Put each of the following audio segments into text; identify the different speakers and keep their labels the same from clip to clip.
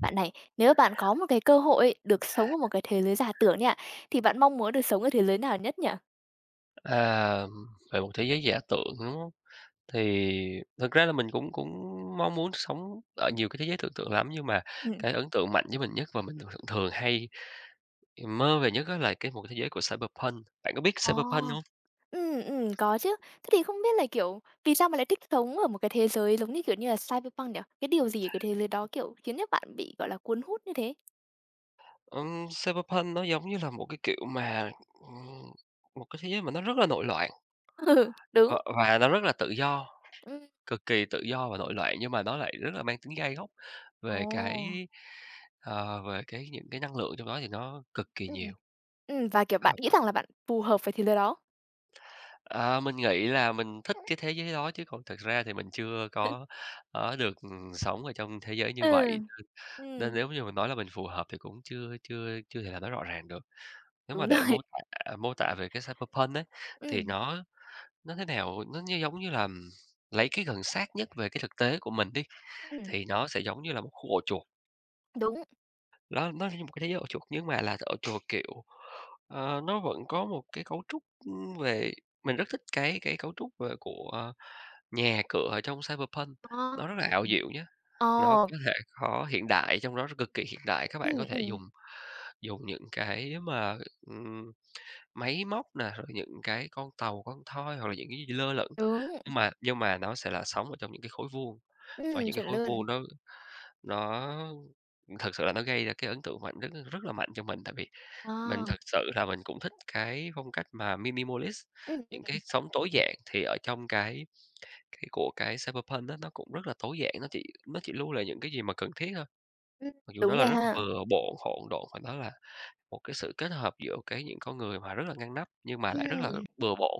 Speaker 1: Bạn này, nếu bạn có một cái cơ hội ấy, được sống ở một cái thế giới giả tưởng nha, thì bạn mong muốn được sống ở thế giới nào nhất nhỉ?
Speaker 2: À, về một thế giới giả tưởng, đúng hông? Thì thực ra là mình cũng cũng mong muốn sống ở nhiều cái thế giới tưởng tượng lắm, nhưng mà
Speaker 1: Ừm.
Speaker 2: cái ấn tượng mạnh với mình nhất và mình thường thường hay mơ về nhất đó là một cái thế giới của cyberpunk. Bạn có biết
Speaker 1: Ồ!
Speaker 2: cyberpunk không?
Speaker 1: Có chứ. Thế thì không biết là, kiểu, vì sao mà lại thích sống ở một cái thế giới giống như, kiểu như là, cyberpunk nhỉ? Cái điều gì ở cái thế giới đó, kiểu, khiến cho bạn bị, gọi là, cuốn hút như thế?
Speaker 2: Cyberpunk nó giống như là một cái kiểu mà, ừm, một cái thế giới mà nó rất là nội loạn
Speaker 1: Ừ, đúng.
Speaker 2: và nó rất là tự do,
Speaker 1: Ừm.
Speaker 2: cực kỳ tự do và nội loạn, nhưng mà nó lại rất là mang tính gai góc về
Speaker 1: Ồ!
Speaker 2: cái, về cái những cái năng lượng trong đó thì nó cực kỳ nhiều.
Speaker 1: Ừm, và, kiểu, bạn nghĩ rằng là bạn phù hợp với thế giới đó.
Speaker 2: Ờ, mình nghĩ là mình thích cái thế giới đó chứ còn thực ra thì mình chưa có có được, sống ở trong thế giới như vậy,
Speaker 1: Ừ,
Speaker 2: nên nên
Speaker 1: ừm,
Speaker 2: nếu như mình nói là mình phù hợp thì cũng chưa chưa chưa thể làm nó rõ ràng được. Nếu mà
Speaker 1: đúng
Speaker 2: để
Speaker 1: rồi.
Speaker 2: mô tả về cái cyberpunk ấy, thì
Speaker 1: Ừm,
Speaker 2: nó thế nào? Nó như giống như là lấy cái gần sát nhất về cái thực tế của mình đi,
Speaker 1: ừm,
Speaker 2: thì nó sẽ giống như là một khu ổ chuột.
Speaker 1: đúng.
Speaker 2: Nó như một cái thế giới ổ chuột nhưng mà là ổ chuột, kiểu, ờ, nó vẫn có một cái cấu trúc, về mình rất thích cái cấu trúc về của ờ, nhà cửa ở trong cyberpunk
Speaker 1: Ờ.
Speaker 2: nó rất là ảo diệu nhé. Nó
Speaker 1: Ờ,
Speaker 2: có thể có hiện đại trong đó, cực kỳ hiện đại. Các bạn
Speaker 1: ừm,
Speaker 2: có thể
Speaker 1: ừm,
Speaker 2: dùng dùng những cái mà, ừm, máy móc nè, rồi những cái con tàu, con thoi hoặc là những cái gì lơ lửng,
Speaker 1: đúng.
Speaker 2: nhưng mà nó sẽ là sống ở trong những cái khối vuông, và những cái
Speaker 1: Chuẩn
Speaker 2: khối
Speaker 1: luôn.
Speaker 2: vuông nó thật sự là nó gây ra cái ấn tượng mạnh rất rất là mạnh cho mình. Tại vì
Speaker 1: Ờ,
Speaker 2: mình thật sự là mình cũng thích cái phong cách mà minimalist,
Speaker 1: ừm,
Speaker 2: những cái
Speaker 1: ừm,
Speaker 2: sống tối giản thì ở trong cái của cái cyberpunk á, nó cũng rất là tối giản, nó chỉ lưu lại những cái gì mà cần thiết thôi,
Speaker 1: ừm,
Speaker 2: mặc dù nó
Speaker 1: đúng
Speaker 2: là
Speaker 1: rồi
Speaker 2: rất là
Speaker 1: ha.
Speaker 2: bừa bộn, hỗn độn và nó là một cái sự kết hợp giữa cái những con người mà rất là ngăn nắp, nhưng mà lại rất là
Speaker 1: Ừm,
Speaker 2: bừa bộn.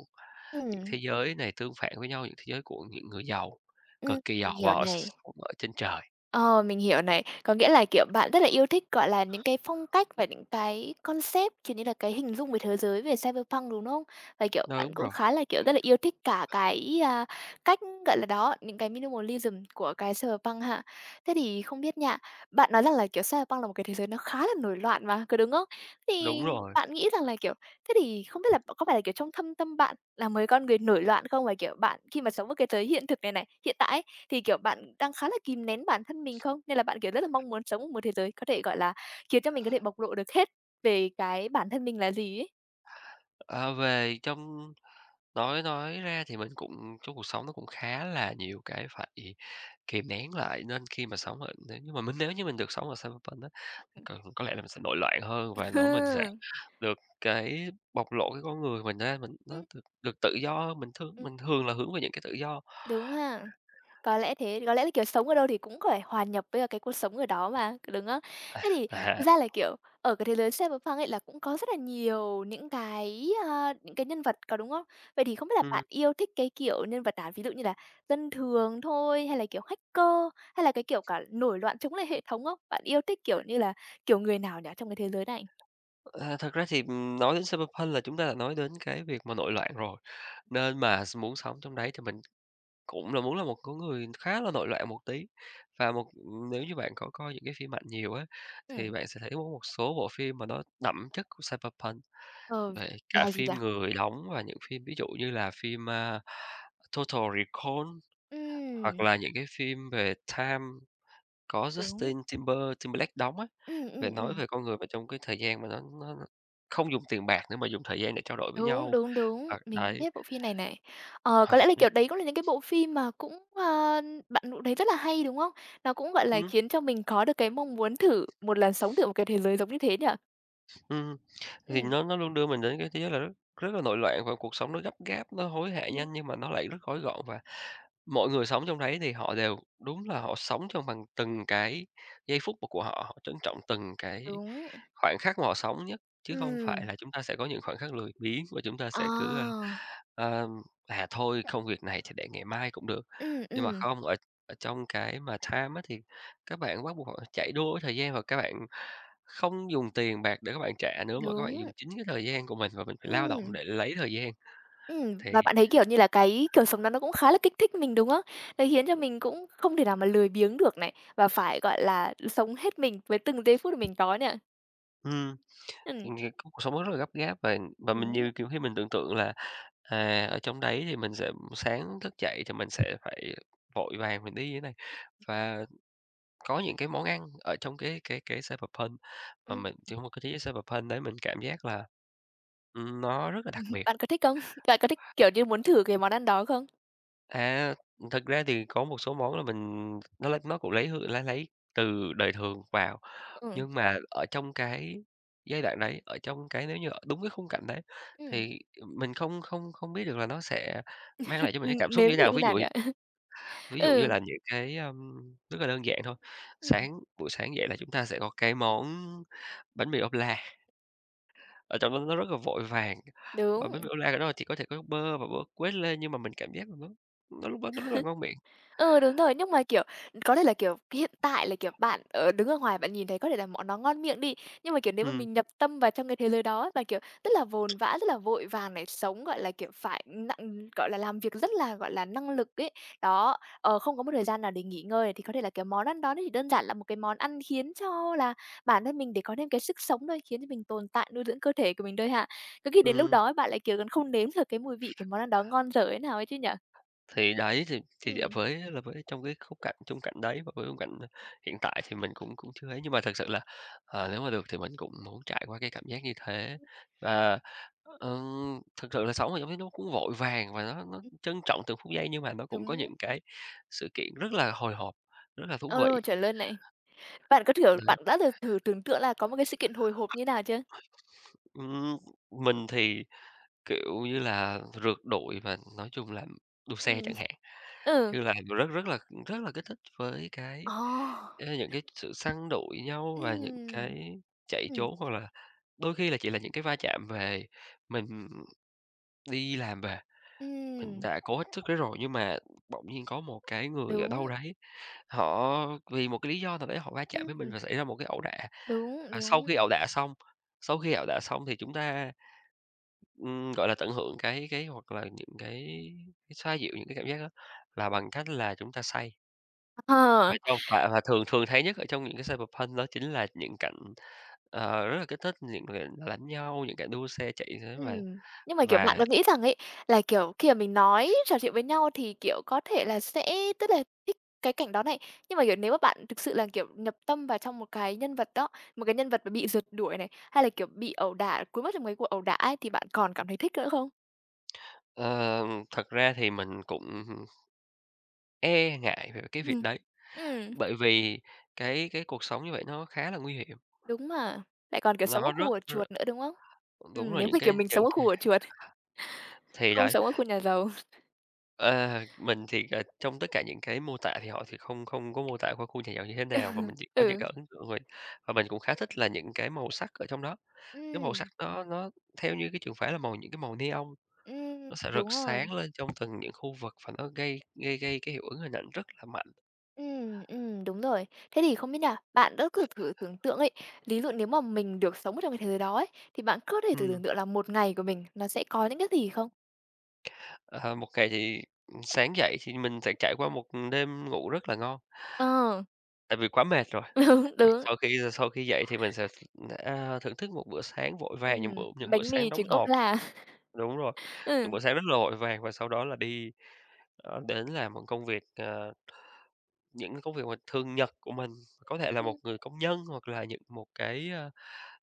Speaker 2: Những
Speaker 1: ừm,
Speaker 2: thế giới này tương phản với nhau, những thế giới của những người giàu, cực kỳ
Speaker 1: mình
Speaker 2: giàu và
Speaker 1: hiểu
Speaker 2: họ
Speaker 1: này.
Speaker 2: sống ở trên trời.
Speaker 1: Ờ, mình hiểu này. Có nghĩa là, kiểu, bạn rất là yêu thích, gọi là, những cái phong cách và những cái concept, kiểu như là, cái hình dung về thế giới về cyberpunk, đúng không? Và, kiểu, bạn
Speaker 2: Đúng
Speaker 1: cũng
Speaker 2: rồi,
Speaker 1: khá là, kiểu, rất là yêu thích cả cái, cách, gọi là, đó, những cái minimalism của cái cyberpunk ha. Thế thì không biết nha, bạn nói rằng là, kiểu, cyberpunk là một cái thế giới nó khá là nổi loạn mà, có đúng không? Thì
Speaker 2: đúng rồi.
Speaker 1: bạn nghĩ rằng là, kiểu Thế thì không biết là có phải là, kiểu, trong thâm tâm bạn là mấy con người nổi loạn không? Và, kiểu, bạn khi mà sống ở cái thế hiện thực này này, hiện tại ấy, thì, kiểu, bạn đang khá là kìm nén bản thân mình không? Nên là bạn, kiểu, rất là mong muốn sống ở một thế giới có thể, gọi là, khiến cho mình có thể bộc lộ được hết về cái bản thân mình là gì ấy.
Speaker 2: À, về trong nói ra thì mình cũng trong cuộc sống nó cũng khá là nhiều cái phải kìm nén lại, nên khi mà sống ở nếu nhưng mà mình nếu như mình được sống ở cyberpunk á, thì còn có lẽ là mình sẽ nổi loạn hơn và nó mình sẽ
Speaker 1: Ừm.
Speaker 2: được cái bộc lộ cái con người mình ra, mình
Speaker 1: Ừ,
Speaker 2: nó được được tự do hơn, mình thường là hướng về những cái tự do.
Speaker 1: đúng ha. Có lẽ thế, có lẽ là, kiểu, sống ở đâu thì cũng phải hòa nhập với cả cái cuộc sống ở đó mà, đúng không? Thế thì
Speaker 2: À,
Speaker 1: thực ra là, kiểu, ở cái thế giới Cyberpunk ấy là cũng có rất là nhiều những cái, những cái nhân vật, có đúng không? Vậy thì không biết là
Speaker 2: ừm,
Speaker 1: bạn yêu thích cái kiểu nhân vật nào? Ví dụ như là dân thường thôi, hay là, kiểu, hacker, hay là cái kiểu cả nổi loạn chống lại hệ thống không? Bạn yêu thích, kiểu như là, kiểu, người nào nhỉ trong cái thế giới này?
Speaker 2: thật ra thì, nói đến cyberpunk là chúng ta đã nói đến cái việc mà nội loạn rồi, nên mà s muốn sống trong đấy thì mình cũng là muốn là một cái người khá là nội loạn một tí. Và một nếu như bạn có coi những cái phim mạnh nhiều á, thì
Speaker 1: Ừm.
Speaker 2: bạn sẽ thấy có một số bộ phim mà nó đậm chất của cyberpunk,
Speaker 1: Ờ,
Speaker 2: về cả
Speaker 1: là gì nhỉ?
Speaker 2: phim người đóng và những phim ví dụ như là phim, a, Total Recall hoặc
Speaker 1: Ừm,
Speaker 2: là những cái phim về Time có
Speaker 1: đúng.
Speaker 2: Justin Timberlake đóng á,
Speaker 1: Ừm, ừm,
Speaker 2: về nói
Speaker 1: ừm.
Speaker 2: về con người mà trong cái thời gian mà nó không dùng tiền bạc nữa mà dùng thời gian để trao đổi với
Speaker 1: Đúng,
Speaker 2: nhau.
Speaker 1: đúng, đúng,
Speaker 2: Hoặc
Speaker 1: mình cũng
Speaker 2: đấy,
Speaker 1: thích bộ phim này này. Ờ, có
Speaker 2: hoặc
Speaker 1: lẽ là, kiểu, đấy cũng là những cái bộ phim mà cũng, bạn cũng thấy rất là hay, đúng không? Nó cũng, gọi là,
Speaker 2: ừm,
Speaker 1: khiến cho mình có được cái mong muốn thử một lần sống thử một cái thế giới giống như thế nhỉ?
Speaker 2: thì
Speaker 1: Ừm,
Speaker 2: nó luôn đưa mình đến cái thứ giới là rất rất là nội loạn và cuộc sống nó gấp gáp, nó hối hả
Speaker 1: ừm,
Speaker 2: nhanh nhưng mà nó lại rất gói gọn và mọi người sống trong đấy thì họ đều đúng là họ sống trong bằng từng cái giây phút mà của họ, họ trân trọng từng cái
Speaker 1: đúng,
Speaker 2: khoảnh khắc mà họ sống nhất, chứ không phải
Speaker 1: ừm,
Speaker 2: là chúng ta sẽ có những khoảnh khắc lười biếng và chúng ta sẽ cứ,
Speaker 1: à,
Speaker 2: a, "À, thôi công việc này thì để ngày mai cũng được."
Speaker 1: ừm,
Speaker 2: Nhưng mà
Speaker 1: ừm,
Speaker 2: không, ở ở trong cái mà time á thì các bạn bắt buộc họ chạy đua với thời gian và các bạn không dùng tiền bạc để các bạn trả nữa, mà các bạn
Speaker 1: đúng,
Speaker 2: dùng chính cái thời gian của mình và mình phải lao
Speaker 1: ừm,
Speaker 2: động để lấy thời gian thì
Speaker 1: và bạn thấy, kiểu như là, cái kiểu sống đó nó cũng khá là kích thích mình, đúng không? Nó khiến cho mình cũng không thể nào mà lười biếng được này, và phải, gọi là, sống hết mình với từng giây phút mà mình có nè.
Speaker 2: ừm,
Speaker 1: Ừm,
Speaker 2: thì ng cuộc sống nó rất là gấp gáp và mình
Speaker 1: đúng,
Speaker 2: nhiều nhiều khi mình tưởng tượng là, à, ở trong đấy thì mình sẽ sáng thức dậy thì mình sẽ phải vội vàng mình đi như thế này. Và có những cái món ăn ở trong cái cyberpunk mà
Speaker 1: ừm.
Speaker 2: mình trong một cái thế giới cyberpunk đấy mình cảm giác là, nó rất là đặc biệt.
Speaker 1: Bạn có thích không? Bạn có thích, kiểu như, muốn thử cái món ăn đó không?
Speaker 2: À, thật ra thì có một số món là mình nó lấy nó cũng lấy hương lá lấy từ đời thường vào.
Speaker 1: Ừm.
Speaker 2: Nhưng mà ở trong cái giai đoạn đấy, ở trong cái nếu như ở đúng cái khung cảnh đấy
Speaker 1: Ừm.
Speaker 2: thì mình không không không biết được là nó sẽ mang lại cho mình cái cảm xúc như
Speaker 1: Nếm
Speaker 2: thế
Speaker 1: thử
Speaker 2: nào.
Speaker 1: như
Speaker 2: Ví
Speaker 1: nào
Speaker 2: dụ
Speaker 1: nhỉ?
Speaker 2: ví dụ như
Speaker 1: Ừ,
Speaker 2: là những cái, rất là đơn giản thôi,
Speaker 1: ừm,
Speaker 2: sáng buổi sáng dậy là chúng ta sẽ có cái món bánh mì ốp la, ở trong đó nó rất là vội vàng, và
Speaker 1: đúng.
Speaker 2: bánh mì ốp la ở đó chỉ có thể có bơ và bơ quết lên nhưng mà mình cảm giác là nó lúc đó nó rất là ngon miệng.
Speaker 1: Ừ, đúng rồi, nhưng mà, kiểu, có thể là, kiểu, hiện tại là, kiểu, bạn, ở đứng ở ngoài bạn nhìn thấy có thể là món nó ngon miệng đi, nhưng mà, kiểu, nếu mà
Speaker 2: Ừm,
Speaker 1: mình nhập tâm vào trong cái thế giới đó và, kiểu, rất là vồn vã, rất là vội vàng này, sống, gọi là, kiểu, phải nặng gọi là, làm việc rất là, gọi là, năng lực ấy. Đó, ờ, không có một thời gian nào để nghỉ ngơi thì có thể là cái món ăn đó nó chỉ đơn giản là một cái món ăn khiến cho là bản thân mình để có thêm cái sức sống thôi, khiến cho mình tồn tại, nuôi dưỡng cơ thể của mình thôi ha. Cứ khi đến lúc
Speaker 2: ừm.
Speaker 1: đó ấy, bạn lại, kiểu, còn không nếm được cái mùi vị của món ăn đó ngon dở thế nào ấy chứ nhỉ?
Speaker 2: Thì đấy, thì dạ,
Speaker 1: Ừ.
Speaker 2: với là với trong cái khung cảnh chung cảnh đấy và với khung cảnh hiện tại thì mình cũng cũng chưa ấy, nhưng mà thật sự là, ờ, nếu mà được thì mình cũng muốn trải qua cái cảm giác như thế.
Speaker 1: Ừm,
Speaker 2: Và, thực sự là sống ở trong đấy nó cũng vội vàng và nó trân trọng từng phút giây, nhưng mà nó cũng có
Speaker 1: đúng.
Speaker 2: những cái sự kiện rất là hồi hộp, rất là thú
Speaker 1: Ồ,
Speaker 2: vị,
Speaker 1: chuẩn luôn này. Bạn có thử
Speaker 2: đấy.
Speaker 1: bạn đã được thử tưởng tượng là có một cái sự kiện hồi hộp như nào chưa?
Speaker 2: Ừm, mình thì kiểu như là, rượt đuổi và nói chung là đua xe
Speaker 1: Ừm.
Speaker 2: chẳng hạn,
Speaker 1: Ừ.
Speaker 2: như là mình rất rất là kích thích với cái,
Speaker 1: Ồ!
Speaker 2: những cái sự săn đuổi nhau và những
Speaker 1: Ừm,
Speaker 2: cái chạy
Speaker 1: ừm,
Speaker 2: trốn, hoặc là đôi khi là chỉ là những cái va chạm về mình đi làm về, mình
Speaker 1: ừm,
Speaker 2: đã cố hết sức đấy rồi nhưng mà bỗng nhiên có một cái người ở
Speaker 1: đúng,
Speaker 2: đâu đấy, họ vì một cái lý do nào đấy họ va chạm với mình
Speaker 1: ừm,
Speaker 2: và xảy ra một cái ẩu đả.
Speaker 1: đúng,
Speaker 2: Và sau
Speaker 1: đúng.
Speaker 2: khi ẩu đả xong Sau khi ẩu đả xong thì chúng ta gọi là, tận hưởng cái hoặc là những cái xoa dịu những cái cảm giác đó là bằng cách là chúng ta say. Và
Speaker 1: Ờ.
Speaker 2: trong và thường thường thấy nhất ở trong những cái cyberpunk đó chính là những cảnh, ờ, rất là kích thích, những cảnh đánh nhau, những cảnh đua xe chạy thế
Speaker 1: Ừm. Nhưng mà, kiểu, bạn
Speaker 2: và,
Speaker 1: có nghĩ rằng ấy, là, kiểu, khi mà mình nói, trò chuyện với nhau thì, kiểu, có thể là sẽ tức là thích cái cảnh đó này, nhưng mà, kiểu, nếu mà bạn thực sự là, kiểu, nhập tâm vào trong một cái nhân vật đó, một cái nhân vật mà bị rượt đuổi này, hay là, kiểu, bị ẩu đả, cuốn mất trong cái cuộc ẩu đả ấy, thì bạn còn cảm thấy thích nữa không?
Speaker 2: ờ, thật ra thì mình cũng e ngại về cái việc
Speaker 1: Ừm.
Speaker 2: đấy,
Speaker 1: Ừm,
Speaker 2: bởi vì cái cuộc sống như vậy nó khá là nguy hiểm,
Speaker 1: đúng mà. Lại còn, kiểu, sống ở
Speaker 2: nó
Speaker 1: khu
Speaker 2: rất
Speaker 1: ổ
Speaker 2: r
Speaker 1: chuột nữa, đúng không?
Speaker 2: đúng rồi,
Speaker 1: Nếu mà, kiểu, mình sống
Speaker 2: những
Speaker 1: ở
Speaker 2: cái
Speaker 1: khu ổ chuột,
Speaker 2: thì
Speaker 1: không
Speaker 2: đấy.
Speaker 1: sống ở khu nhà giàu.
Speaker 2: Ờ, mình thì, ờ, trong tất cả những cái mô tả thì họ thì không không có mô tả qua khu nhà giàu như thế nào và mình chỉ có những
Speaker 1: Ừ.
Speaker 2: cái ấn tượng thôi. Và mình cũng khá thích là những cái màu sắc ở trong đó, cái màu
Speaker 1: Ừm,
Speaker 2: sắc nó theo như cái trường phái là màu những cái màu neon, nó sẽ rực
Speaker 1: đúng rồi.
Speaker 2: sáng lên trong từng những khu vực và nó gây gây gây cái hiệu ứng hình ảnh rất là mạnh.
Speaker 1: Đúng rồi. Thế thì không biết nha, bạn đã cứ thử tưởng tượng ấy, lý dụ nếu mà mình được sống ở trong cái thế giới đó ấy, thì bạn có thể thử
Speaker 2: Ừm,
Speaker 1: tưởng tượng là một ngày của mình nó sẽ có những cái gì không?
Speaker 2: ờ, một ngày thì, sáng dậy thì mình sẽ trải qua một đêm ngủ rất là ngon,
Speaker 1: Ờ,
Speaker 2: tại vì quá mệt rồi.
Speaker 1: đúng,
Speaker 2: Và
Speaker 1: đúng.
Speaker 2: sau khi dậy thì mình sẽ, a, thưởng thức một bữa sáng vội vàng, những bữa
Speaker 1: Ừm,
Speaker 2: những bữa
Speaker 1: bánh
Speaker 2: sáng
Speaker 1: mì,
Speaker 2: đóng
Speaker 1: trứng ốp
Speaker 2: hộp.
Speaker 1: la.
Speaker 2: Đúng rồi, những
Speaker 1: Ừ.
Speaker 2: buổi sáng rất là vội vàng và sau đó là đi, đến làm một công việc, những công việc mà thường nhật của mình, có thể là
Speaker 1: Ừm,
Speaker 2: một người công nhân hoặc là những một cái,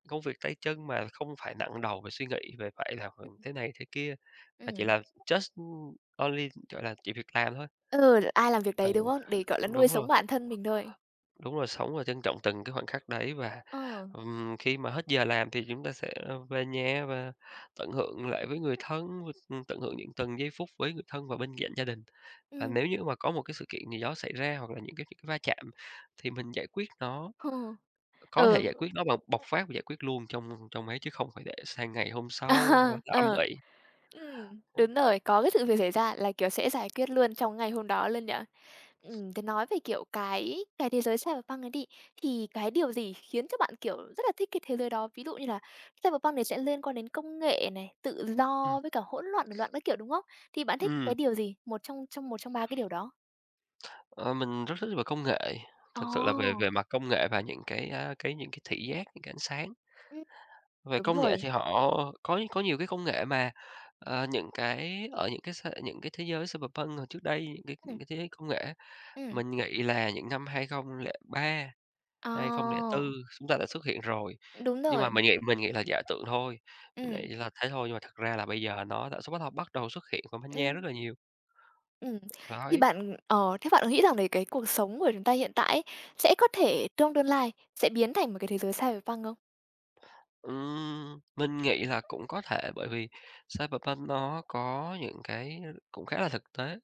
Speaker 2: công việc tay chân mà không phải nặng đầu về suy nghĩ về phải là, ừ,
Speaker 1: ừm,
Speaker 2: thế này thế kia, mà chỉ
Speaker 1: ừm.
Speaker 2: là just only, gọi là, chỉ việc làm thôi.
Speaker 1: Ừ, ai làm việc
Speaker 2: Ừ,
Speaker 1: đấy, đúng không? Để, gọi là, nuôi
Speaker 2: đúng
Speaker 1: sống
Speaker 2: rồi.
Speaker 1: bản thân mình thôi.
Speaker 2: Đúng rồi, sống và trân trọng từng cái khoảnh khắc đấy và,
Speaker 1: Ờ.
Speaker 2: khi mà hết giờ làm thì chúng ta sẽ về nhà và tận hưởng lại với người thân, tận hưởng những từng giây phút với người thân và bên cạnh gia đình. Và
Speaker 1: Ừm.
Speaker 2: nếu như mà có một cái sự kiện gì đó xảy ra hoặc là những cái va chạm thì mình giải quyết nó,
Speaker 1: Ờ.
Speaker 2: có thể
Speaker 1: Ừ,
Speaker 2: giải quyết nó bằng bộc phát và giải quyết luôn trong trong ấy, chứ không phải để sang ngày hôm sau hoặc là
Speaker 1: à,
Speaker 2: nó âm
Speaker 1: ờ.
Speaker 2: ỉ.
Speaker 1: Ừm. Đúng rồi, có cái sự việc xảy ra là, kiểu, sẽ giải quyết luôn trong ngày hôm đó luôn nhỉ? Thế nói về, kiểu, cái thế giới cyberpunk ấy đi, thì cái điều gì khiến cho bạn, kiểu, rất là thích cái thế giới đó? Ví dụ như là cyberpunk này sẽ liên quan đến công nghệ này, tự
Speaker 2: Ừm.
Speaker 1: do với cả hỗn loạn, nổi loạn các kiểu, đúng không? Thì bạn thích cái
Speaker 2: ừm,
Speaker 1: điều gì? Một trong trong một trong ba cái điều đó?
Speaker 2: ờ, mình rất thích về công nghệ, thực sự là về
Speaker 1: Ồ!
Speaker 2: về mặt công nghệ và những cái, cái những cái thị giác, những cái ánh sáng.
Speaker 1: Ừm.
Speaker 2: Về
Speaker 1: Đúng
Speaker 2: công nghệ
Speaker 1: rồi.
Speaker 2: thì họ có nhiều cái công nghệ mà, những cái ở những cái s những cái thế giới cyberpunk hồi trước đây, những cái
Speaker 1: Ừm,
Speaker 2: những cái thế giới công nghệ,
Speaker 1: ừm.
Speaker 2: mình nghĩ là những năm 2003,
Speaker 1: Ờ.
Speaker 2: 2004 chúng ta đã xuất hiện rồi.
Speaker 1: Đúng
Speaker 2: Nhưng mà
Speaker 1: rồi.
Speaker 2: mình nghĩ là giả tưởng thôi, mình
Speaker 1: Ừm,
Speaker 2: nghĩ là thế thôi, nhưng mà thật ra là bây giờ nó đã bắt đầu xuất hiện và manh nha
Speaker 1: ừm.
Speaker 2: rất là nhiều.
Speaker 1: Ừm, thì
Speaker 2: Đấy,
Speaker 1: bạn ờ, thế bạn có nghĩ rằng đấy cái cuộc sống của chúng ta hiện tại ấy, sẽ có thể trong tương lai sẽ biến thành một cái thế giới cyberpunk không?
Speaker 2: mình nghĩ là cũng có thể bởi vì cyberpunk nó có những cái cũng khá là thực tế.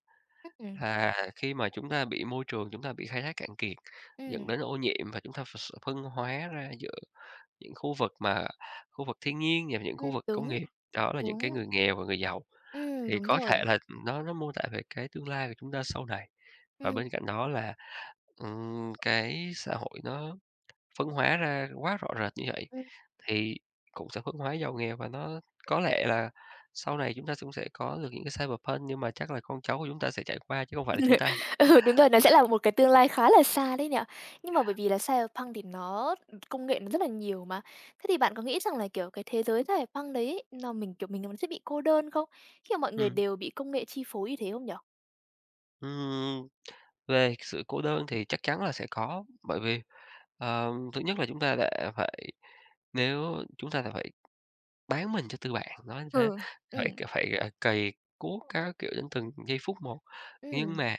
Speaker 1: Ừm,
Speaker 2: Là khi mà chúng ta bị môi trường chúng ta bị khai thác cạn kiệt, dẫn
Speaker 1: ừm.
Speaker 2: đến ô nhiễm và chúng ta ph sự phân hóa ra giữa những khu vực mà khu vực thiên nhiên và những khu vực công
Speaker 1: Đúng,
Speaker 2: nghiệp, đó là những cái
Speaker 1: đúng,
Speaker 2: người nghèo và người giàu. Thì
Speaker 1: đúng
Speaker 2: có
Speaker 1: rồi,
Speaker 2: thể là nó mô tả về cái tương lai của chúng ta sau này. Và
Speaker 1: ừm,
Speaker 2: bên cạnh đó là, cái xã hội nó phân hóa ra quá rõ rệt như vậy
Speaker 1: ừm.
Speaker 2: thì cũng sẽ phân hóa giàu nghèo và nó có lẽ là sau này chúng ta cũng sẽ có được những cái cyberpunk nhưng mà chắc là con cháu của chúng ta sẽ trải qua chứ không phải là chúng ta.
Speaker 1: Ừ, đúng rồi, nó sẽ là một cái tương lai khá là xa đấy nhỉ? Nhưng mà bởi vì là cyberpunk thì nó công nghệ nó rất là nhiều mà. Thế thì bạn có nghĩ rằng là, kiểu, cái thế giới cyberpunk đấy ấy, nó mình, kiểu, mình nó sẽ bị cô đơn không? Khi mà mọi người
Speaker 2: Ừm.
Speaker 1: đều bị công nghệ chi phối như thế không nhỉ?
Speaker 2: Ừm, về sự cô đơn thì chắc chắn là sẽ có, bởi vì, thứ nhất là chúng ta đã phải nếu chúng ta đã phải bán mình cho tư bản, nói như thế,
Speaker 1: Ừ.
Speaker 2: phải
Speaker 1: Ừm,
Speaker 2: phải, à, cày cuốc các kiểu đến từng giây phút một. Nhưng
Speaker 1: ừm,
Speaker 2: mà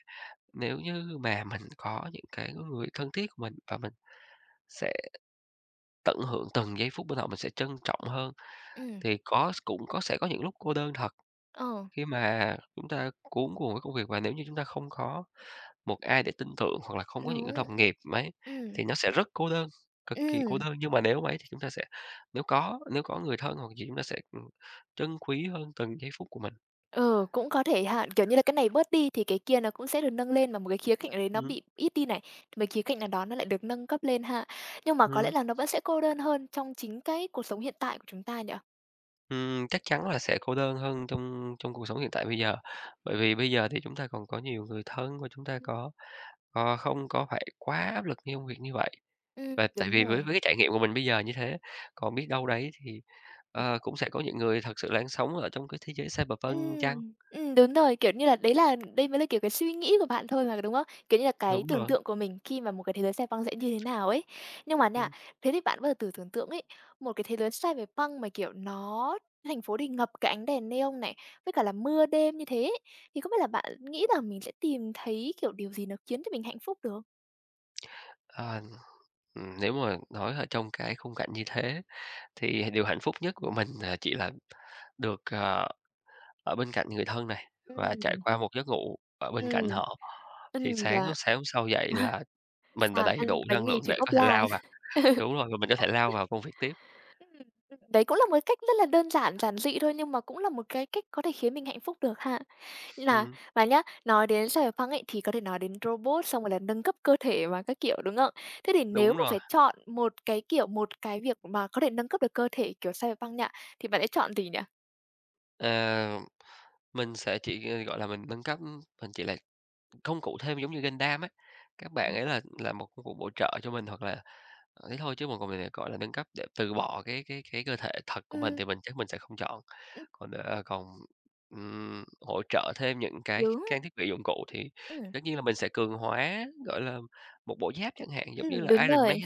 Speaker 2: nếu như mà mình có những cái người thân thiết của mình và mình sẽ tận hưởng từng giây phút bên họ, mình sẽ trân trọng hơn,
Speaker 1: ừm,
Speaker 2: thì cũng sẽ có những lúc cô đơn thật
Speaker 1: ờ,
Speaker 2: khi mà chúng ta cuống cuồng với công việc và nếu như chúng ta không có một ai để tin tưởng hoặc là không có những cái
Speaker 1: đúng.
Speaker 2: đồng nghiệp mấy
Speaker 1: Ừm,
Speaker 2: thì nó sẽ rất cô đơn, cực kỳ cô
Speaker 1: ừm,
Speaker 2: đơn. Nhưng mà nếu mà ấy thì chúng ta sẽ nếu có người thân hoặc gì chúng ta sẽ, trân quý hơn từng giây phút của mình.
Speaker 1: ừ, cũng có thể ha. Kiểu như là, cái này bớt đi thì cái kia nó cũng sẽ được nâng lên mà một cái khía cạnh đấy nó
Speaker 2: Ừm,
Speaker 1: bị ít đi này, thì mấy khía cạnh nào đó nó lại được nâng cấp lên ha. Nhưng mà có lẽ
Speaker 2: ừm,
Speaker 1: là nó vẫn sẽ cô đơn hơn trong chính cái cuộc sống hiện tại của chúng ta nhỉ?
Speaker 2: chắc chắn là sẽ cô đơn hơn trong trong cuộc sống hiện tại bây giờ, bởi vì bây giờ thì chúng ta còn có nhiều người thân và chúng ta có không có phải quá áp lực như công việc như vậy. Và tại
Speaker 1: Đúng
Speaker 2: vì với
Speaker 1: rồi.
Speaker 2: cái trải nghiệm của mình bây giờ như thế, còn biết đâu đấy thì, cũng sẽ có những người thật sự đang sống ở trong cái thế giới cyberpunk chăng?
Speaker 1: Đúng rồi, kiểu như là, đấy là đây mới là, kiểu, cái suy nghĩ của bạn thôi mà, đúng không? Kiểu như là, cái
Speaker 2: Đúng
Speaker 1: tưởng
Speaker 2: rồi,
Speaker 1: tượng của mình khi mà một cái thế giới xoay băng sẽ như thế nào ấy. Nhưng mà nha,
Speaker 2: ừm.
Speaker 1: thế thì bạn bao giờ thử tưởng tượng ấy, một cái thế giới xoay về băng mà, kiểu, nó thành phố thì ngập cái ánh đèn neon này, với cả là mưa đêm như thế ấy, thì không biết là bạn nghĩ là mình sẽ tìm thấy, kiểu, điều gì nó khiến cho mình hạnh phúc được?
Speaker 2: Ờ, nếu mà nói ở trong cái khung cảnh như thế thì điều hạnh phúc nhất của mình là chỉ là được, ở bên cạnh người thân này và trải
Speaker 1: Ừm,
Speaker 2: qua một giấc ngủ ở bên
Speaker 1: ừm,
Speaker 2: cạnh họ, thì sáng
Speaker 1: và
Speaker 2: sáng hôm sau dậy là mình đã
Speaker 1: sang
Speaker 2: đầy
Speaker 1: ăn
Speaker 2: đủ
Speaker 1: bánh
Speaker 2: năng
Speaker 1: mì
Speaker 2: lượng
Speaker 1: trứng
Speaker 2: để
Speaker 1: ốp
Speaker 2: có thể
Speaker 1: la.
Speaker 2: lao vào đúng rồi, và mình có thể lao vào công việc tiếp.
Speaker 1: Ừm, đấy cũng là một cách rất là đơn giản, giản dị thôi, nhưng mà cũng là một cái cách có thể khiến mình hạnh phúc được ha. Là
Speaker 2: Ừm,
Speaker 1: và nhá, nói đến Cyberpunk ấy, thì có thể nói đến robot xong rồi là nâng cấp cơ thể và các kiểu, đúng không? Thế thì nếu
Speaker 2: đúng
Speaker 1: mà
Speaker 2: rồi.
Speaker 1: phải chọn một cái, kiểu, một cái việc mà có thể nâng cấp được cơ thể kiểu Cyberpunk nha, thì bạn sẽ chọn gì nhỉ?
Speaker 2: Ờ, mình sẽ chỉ, gọi là, mình nâng cấp mình chỉ là công cụ thêm giống như Gundam á, các bạn
Speaker 1: Ừm.
Speaker 2: ấy là một công cụ bổ trợ cho mình hoặc là, thế thôi chứ còn còn mình, lại gọi là, nâng cấp để từ bỏ cái cơ thể thật của mình
Speaker 1: Ừm,
Speaker 2: thì mình chắc mình sẽ không chọn.
Speaker 1: ừm,
Speaker 2: Còn, ờ, còn, hỗ trợ thêm những cái
Speaker 1: đúng,
Speaker 2: trang thiết bị dụng cụ thì
Speaker 1: Ừm.
Speaker 2: tất nhiên là mình sẽ cường hóa, gọi là, một bộ giáp chẳng hạn, giống như
Speaker 1: ừm,
Speaker 2: là
Speaker 1: đúng
Speaker 2: Iron Man.
Speaker 1: rồi,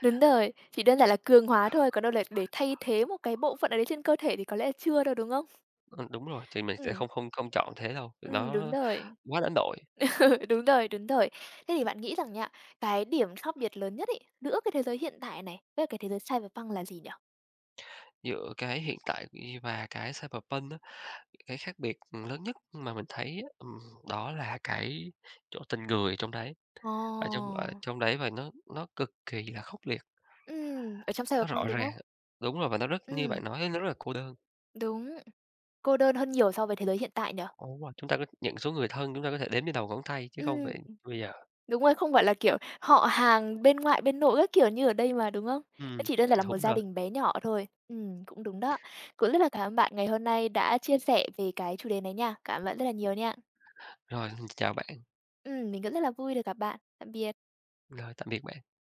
Speaker 1: đúng rồi, chỉ đơn giản là cường hóa thôi, còn đâu là để thay thế một cái bộ phận nào đấy trên cơ thể thì có lẽ là chưa đâu, đúng không?
Speaker 2: Ờ, đúng rồi, thì mình sẽ
Speaker 1: Ừm,
Speaker 2: không không không chọn thế đâu, nó
Speaker 1: đúng rồi.
Speaker 2: quá đánh đổi
Speaker 1: Ừ, đúng rồi, đúng rồi. Thế thì bạn nghĩ rằng nha, cái điểm khác biệt lớn nhất ấy, giữa cái thế giới hiện tại này với cái thế giới cyberpunk là gì nhỉ?
Speaker 2: giữa cái hiện tại và cái cyberpunk á. Cái khác biệt lớn nhất mà mình thấy á, đó là cái chỗ tình người trong đấy, ở trong
Speaker 1: Ồ!
Speaker 2: đấy và nó cực kỳ là khốc liệt,
Speaker 1: Ở trong
Speaker 2: nó rõ
Speaker 1: cyberpunk, đúng không?
Speaker 2: ràng đúng rồi, và nó rất như
Speaker 1: Ừm,
Speaker 2: bạn nói nó rất là cô đơn.
Speaker 1: đúng, cô đơn hơn nhiều so với thế giới hiện tại nhỉ?
Speaker 2: Ồ, đúng rồi, chúng ta có những số người thân chúng ta có thể đếm trên đầu ngón tay chứ không
Speaker 1: Ừm,
Speaker 2: phải bây giờ.
Speaker 1: đúng rồi, không phải là, kiểu, họ hàng bên ngoại bên nội các kiểu như ở đây mà, đúng không? Nó
Speaker 2: Ừm,
Speaker 1: chỉ đơn giản là một
Speaker 2: đúng
Speaker 1: gia
Speaker 2: rồi.
Speaker 1: đình bé nhỏ thôi. Cũng đúng đó. Cũng rất là cảm ơn bạn ngày hôm nay đã chia sẻ về cái chủ đề này nha. Cảm ơn bạn rất là nhiều nha.
Speaker 2: Rồi, chào bạn,
Speaker 1: Mình cũng rất là vui được gặp bạn. Tạm biệt.
Speaker 2: rồi tạm biệt bạn.